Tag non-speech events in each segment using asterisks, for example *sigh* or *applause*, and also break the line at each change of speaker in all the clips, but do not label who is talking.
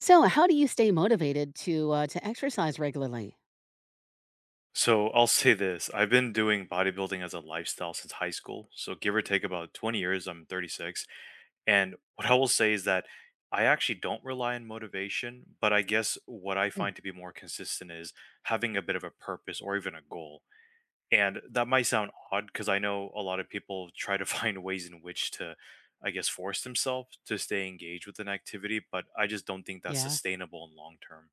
So, how do you stay motivated to exercise regularly?
So I'll say this. I've been doing bodybuilding as a lifestyle since high school. So give or take about 20 years, I'm 36. And what I will say is that I actually don't rely on motivation, but I guess what I
Mm.
find to be more consistent is having a bit of a purpose or even a goal. And that might sound odd because I know a lot of people try to *laughs* find ways in which to, I guess, force themselves to stay engaged with an activity, but I just don't think that's
Yeah.
sustainable in long term.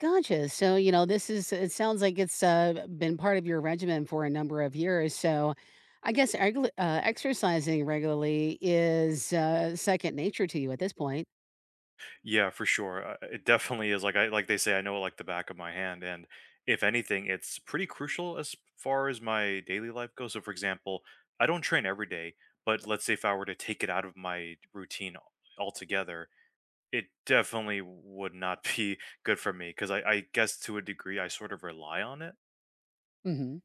Gotcha. So, this is it sounds like it's been part of your regimen for a number of years. So, I guess exercising regularly is second nature to you at this point.
Yeah, for sure. It definitely is like I like they say I know it like the back of my hand and if anything it's pretty crucial as far as my daily life goes. So for example, I don't train every day, but let's say if I were to take it out of my routine altogether, it definitely would not be *laughs* good for me because I guess to a degree I sort of rely on it.
Mhm.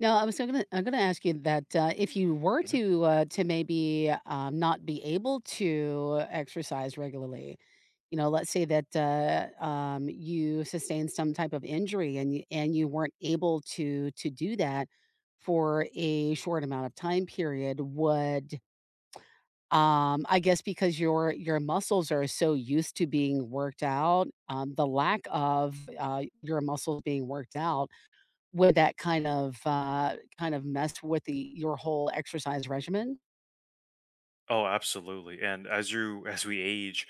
No, I'm gonna ask you that, if you were
Mhm.
to maybe, not be able to exercise regularly, let's say that, you sustained some type of injury and you weren't able to do that for a short amount of time period, would, I guess because your muscles are so used to being worked out, the lack of, your muscles being worked out, would that kind of mess with the your whole exercise regimen?
Oh, absolutely. And as we age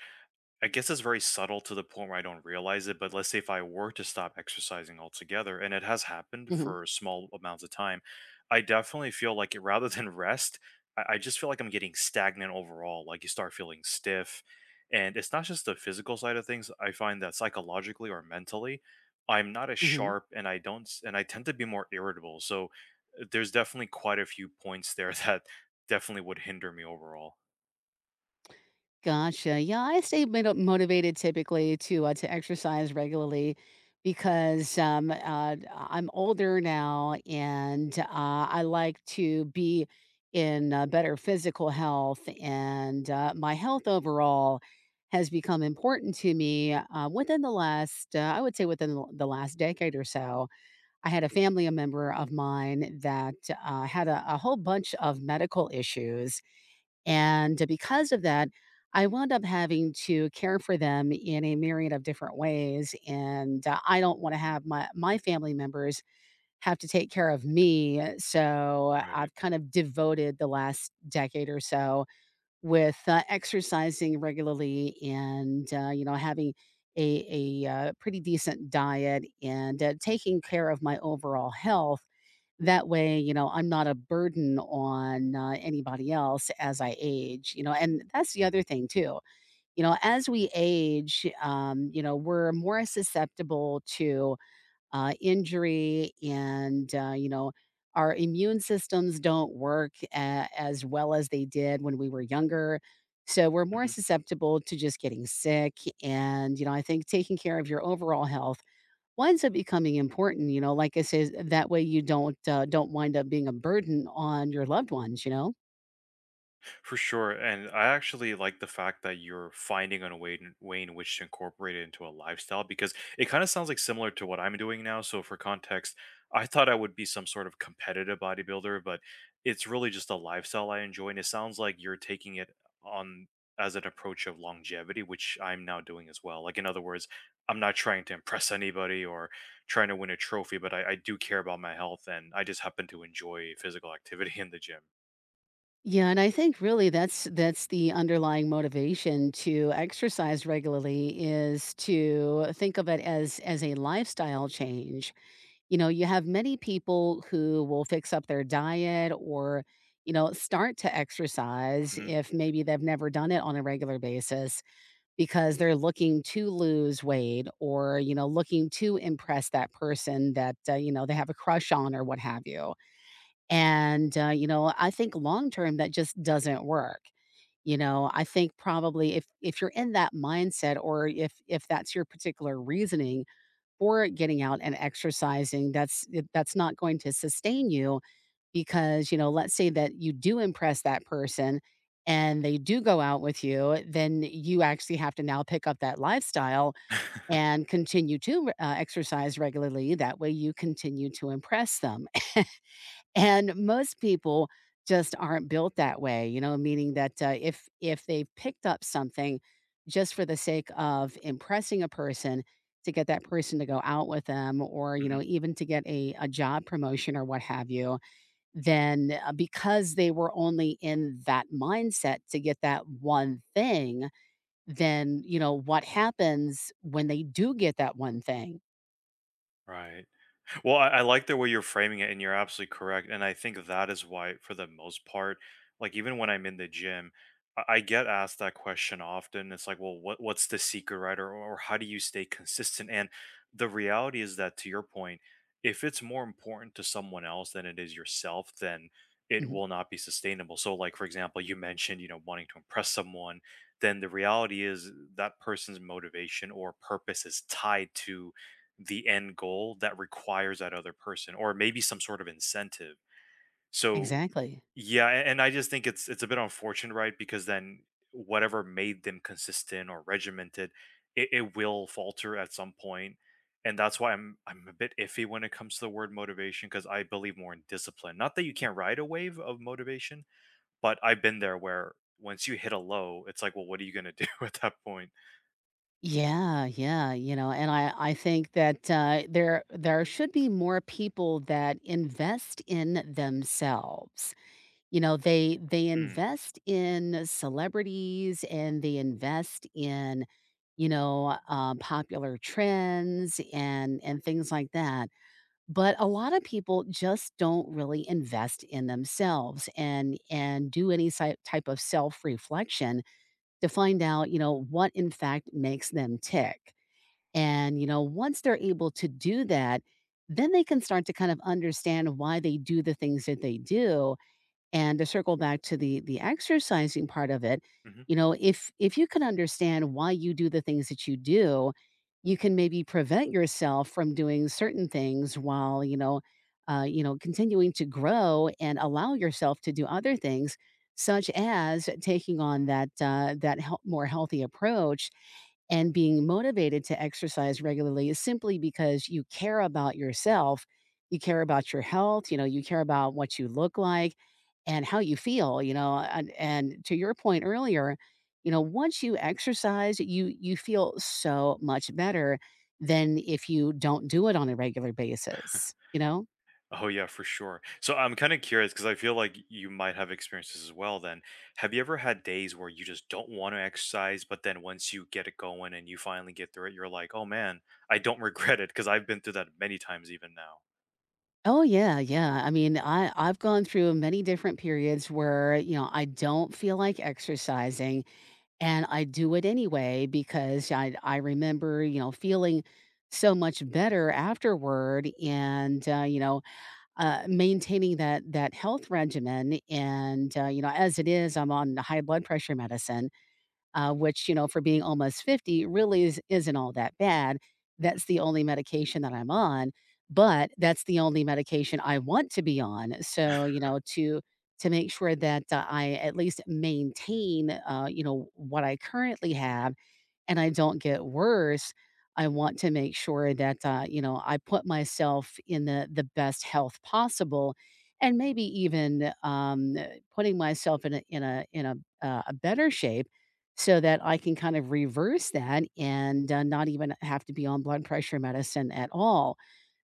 I guess it's very subtle to the point where I don't realize it, but let's say if I were to stop exercising altogether, and it has happened
Mhm,
for small amounts of time, I definitely feel like it, rather *laughs* than rest, I just feel like I'm getting stagnant overall. Like you start feeling stiff. And it's not just the physical side of things. I find that psychologically or mentally, I'm not as
mhm.
sharp and I tend to be more irritable. So there's definitely quite a few points there *laughs* that definitely would hinder me overall.
Gotcha. Yeah, I stay motivated typically to exercise regularly because, I'm older now and, I like to be in, better physical health, and, my health overall has become important to me, within the last, I would say within the last decade or so. I had a member of mine that had a whole bunch of medical issues. And because of that, I wound up having to care for them in a myriad of different ways. And I don't want to have my family members have to take care of me. So
Right.
I've kind of devoted the last decade or so with, exercising regularly and, having a pretty decent diet and, taking care of my overall health. That way, I'm not a burden on, anybody else as I age, and that's the other thing too. As we age, we're more susceptible to injury, and our immune systems don't work as well as they did when we were younger, so we're more susceptible to just getting sick. And I think taking care of your overall health winds up becoming important. Like I said, that way you don't wind up being a burden on your loved ones.
For sure, and I actually like the fact that you're finding a way in which to incorporate it into a lifestyle because it kind of sounds like similar to what I'm doing now. So, for context, I thought I would be some sort of competitive bodybuilder, but it's really just a lifestyle I enjoy, and it sounds like you're taking it on as an approach of longevity, which I'm now doing as well. Like in other words, I'm not trying to impress anybody or trying to win a trophy, but I do care about my health, and I just happen to enjoy physical activity *laughs* in the gym.
Yeah, and I think really that's the underlying motivation to exercise regularly is to think of it as a lifestyle change. You have many people who will fix up their diet or, start to exercise
Hmm.
if maybe they've never done it on a regular basis because they're looking to lose weight or, looking to impress that person that, they have a crush on, or what have you. And, I think long term that just doesn't work. I think probably if you're in that mindset, or if that's your particular reasoning for getting out and exercising, that's not going to sustain you. Because, let's say that you do impress that person and they do go out with you, then you actually have to now pick up that lifestyle and continue to exercise regularly, that way you continue to impress them. And most people just aren't built that way, meaning that if they picked up something just for the sake of impressing a person to get that person to go out with them, or
*laughs*
even to get a job promotion or what have you, then because they were only in that mindset to get that one thing, then what happens when they do get that one thing?
Right. Well, I like the way you're framing it, and you're absolutely correct. And I think that is why, for the most part, like even when I'm in the gym, I get asked that question often. It's like, well, what's the secret, right? Or how do you stay consistent? And the reality is that, to your point, if it's more important to someone else than it is yourself, then it
Mhm.
will not be sustainable. So, like for example, you mentioned, you know, wanting to impress someone. Then the reality is that person's motivation or purpose is tied to the end goal that requires that other person or maybe some sort of incentive. So
Exactly.
yeah, and I just think it's a bit unfortunate, right? Because then whatever made them consistent or regimented, it will falter at some point. And that's why I'm a bit iffy when it comes to the word motivation because I believe more in discipline. Not that you can't ride a wave of motivation, but I've been there where once you hit a low, it's like, well, what are you gonna *laughs* do at that point?
Yeah, yeah, and I think that there should be more people that invest in themselves. They
Mm.
invest in celebrities, and they invest in, popular trends and things like that. But a lot of people just don't really invest in themselves and do any type of self reflection to find out, what in fact makes them tick, and, once they're able to do that, then they can start to kind of understand why they do the things that they do. And to circle back to the exercising part of it,
Mm-hmm.
if you can understand why you do the things that you do, you can maybe prevent yourself from doing certain things while, continuing to grow and allow yourself to do other things, such as taking on that more healthy approach. And being motivated to exercise regularly is simply because you care about yourself. You care about your health. You care about what you look like and how you feel. And to your point earlier, once you exercise, you feel so much better than if you don't do it on a regular basis, you know?
Oh yeah, for sure. So I'm kind of curious because I feel like you might have experiences as well then. Have you ever had days where you just don't want to exercise, but then once you get it going and you finally get through it, you're like, "Oh man, I don't *laughs* regret it" because I've been through that many times even now.
Oh yeah, yeah. I mean, I've gone through many different periods where, I don't feel like exercising, and I do it anyway, because I remember, feeling so much better afterward and you know Maintaining that health regimen, and, as it is, I'm on high blood pressure medicine, which, for being almost 50, really is isn't all that bad. That's the only medication that I'm on, but that's the only medication I want to be on. So, to make sure that I at least maintain, what I currently have and I don't get worse, I want to make sure that, I put myself in the best health possible, and maybe even, putting myself in a better shape, so that I can kind of reverse that and, not even have to be on blood pressure medicine at all.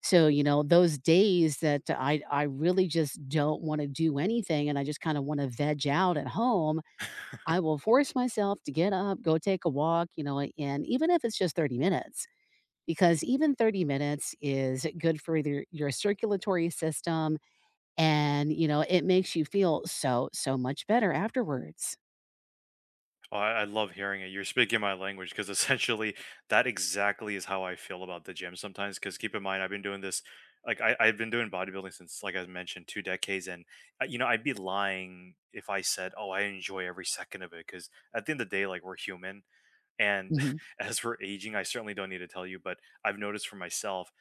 So, those days that I really just don't wanna do anything and I just kinda wanna veg out at home, I will force myself to get up, go take a walk, and even if it's just 30 minutes, because even 30 minutes is good for your circulatory system. And, it makes you feel so, so much better afterwards.
Oh, I love hearing it. You're speaking my language because *laughs* essentially that exactly is how I feel about the gym sometimes. Because keep in mind, I've been doing this, like I've been doing bodybuilding since, like I mentioned, two decades. You know, I'd be lying if I said, oh, I enjoy every second of it. Because at the end of the day, like we're human. And
Hmm.
*laughs* as we're aging, I certainly don't need to tell you, but I've noticed for myself,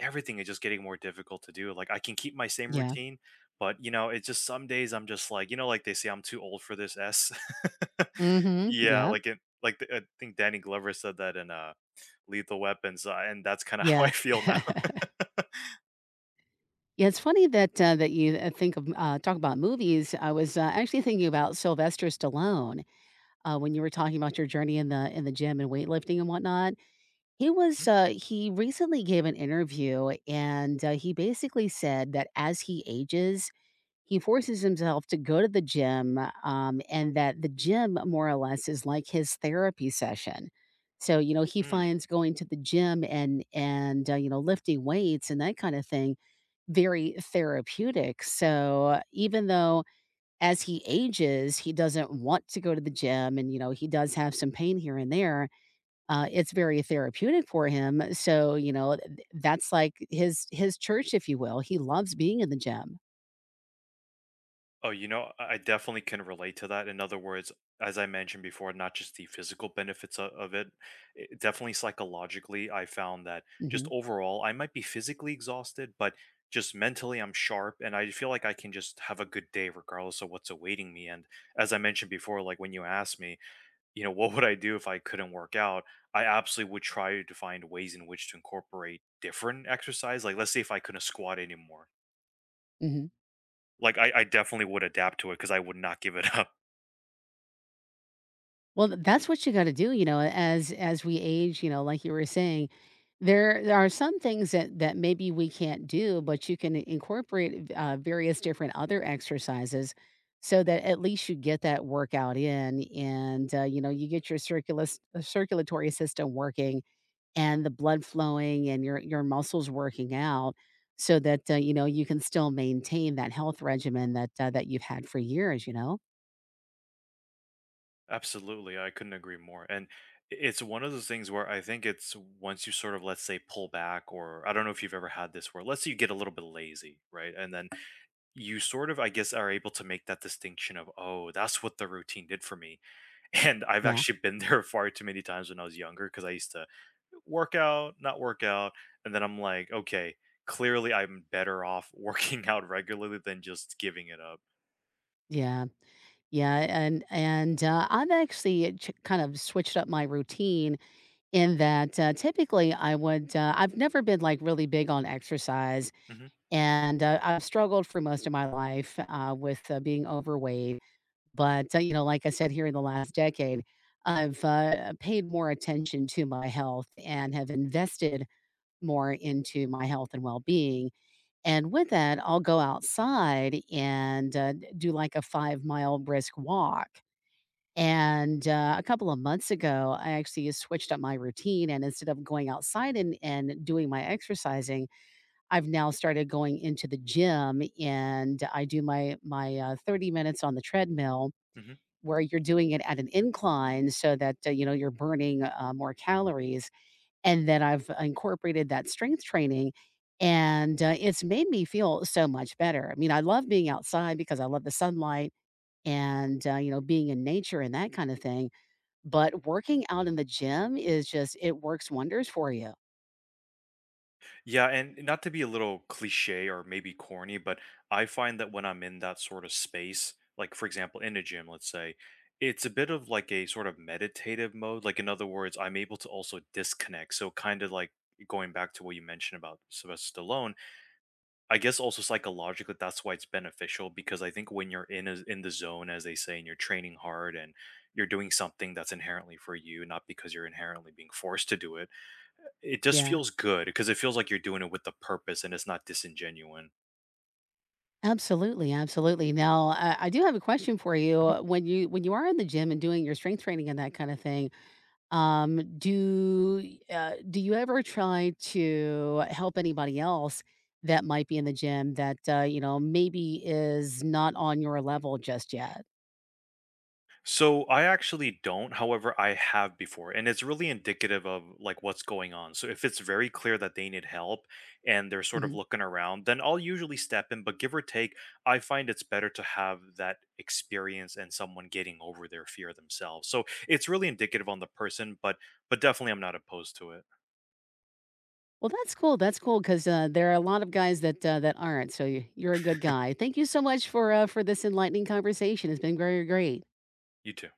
everything is just getting more difficult to do. Like I can keep my same
Yeah.
routine, but you know, it's just some days I'm just like, you know, like they say, I'm too old for this S. *laughs*
Hmm.
Yeah,
Yeah.
I think Danny Glover said that in Lethal Weapons, and that's kind of *laughs* how I
Yeah.
feel now.
*laughs* Yeah, it's funny that you think of talk about movies. I was actually thinking about Sylvester Stallone when you were talking about your journey in the gym and weightlifting and whatnot. He was,
*laughs*
uh, he recently gave an interview and, he basically said that as he ages, he forces himself to go to the gym, and that the gym more or less is like his therapy session. So, he
Mhm.
finds going to the gym and lifting weights and that kind of thing very therapeutic. So, even though as he ages, he doesn't want to go to the gym, and, he does have some pain here and there, it's very therapeutic for him, so, th that's like his church, if you will. He loves being in the gym.
Oh, you know, I definitely can relate to that. In other words, as I mentioned before, not just the physical benefits of it, it, definitely psychologically, I found that just
Mhm,
overall, I might be physically exhausted, but just mentally, I'm sharp and I feel like I can just have a good day regardless of what's awaiting me. And as I mentioned before, like when you asked me, you know, what would I do if I couldn't work out? I absolutely would try to find ways in which to incorporate different exercise. Like, let's say if I couldn't squat anymore
mhm.
like I definitely would adapt to it because I would not give it *laughs* up.
Well, that's what you gotta do, as we age, like you were saying, there are some things that maybe we can't do, but you can incorporate, various different other exercises, so that at least you get that workout in and, you get your circulus circulatory system working and the blood flowing and your muscles working out, so that, you can still maintain that health regimen that you've had for years, you know?
Absolutely, I couldn't agree more. And it's one of those things where I think it's once you sort of, let's say, pull back, or I don't know if you've ever had this where, let's say, you get a little bit lazy, right? And then you sort of, I guess, are able to make that distinction of, oh, that's what the routine did for me. *laughs* And I've
Yeah.
actually been there far too many times when I was younger because I used to work out, not work out. And then I'm like, okay, clearly I'm better off *laughs* working out regularly than just giving it up.
Yeah. Yeah, I've actually ch kind of switched up my routine in that, typically, I've never been, like, really big on exercise,
Hmm.
and, I've struggled for most of my life, with, being overweight. But, like I said, here in the last decade, I've, paid more attention to my health and have invested more into my health and well-being, and with that, I'll go outside and, do, like, a 5-mile brisk walk, and, a couple of months ago, I actually switched up my routine, and instead of going outside and doing my exercising, I've now started going into the gym, and I do my 30 minutes on the treadmill,
Hmm.
where you're doing it at an incline, so that, you're burning, more calories, and then I've incorporated that strength training, and, it's made me feel so much better. I mean, I love being outside because I love the sunlight and, being in nature and that kind of thing, but working out in the gym is just it works wonders for you.
Yeah, and not to be a little cliche or maybe corny, but I find that when I'm in that sort of space, like for example, in a gym, let's say, it's a bit of like a sort of meditative mode. Like, in other words, I'm able to also disconnect. So, kind of like going back to what you mentioned about Sylvester Stallone, I guess also psychologically, that's why it's beneficial because I think when you're in the zone, as they say, and you're training hard and you're doing something that's inherently for you, not because you're inherently being forced to do it it just
Yeah.
feels good because it feels like you're doing it with a purpose and it's not disingenuine.
Absolutely, absolutely. Now, I do have a question for you.
Mhm.
When you are in the gym and doing your strength training and that kind of thing, Um, do do you ever try to help anybody else that might be in the gym that, maybe is not on your level just yet?
So I actually don't. However, I have before, and it's really indicative of like what's going on. So if it's very clear that they need help and they're sort of
Mhm.
looking around, then I'll usually step in. But give or take, I find it's better to have that experience and someone getting over their fear themselves. So it's really indicative on the person, but definitely I'm not opposed to it.
Well, that's cool, that's cool, 'cause, there are a lot of guys that aren't, so you're a good guy. Thank you so much for this enlightening conversation. It's been very great.
You too.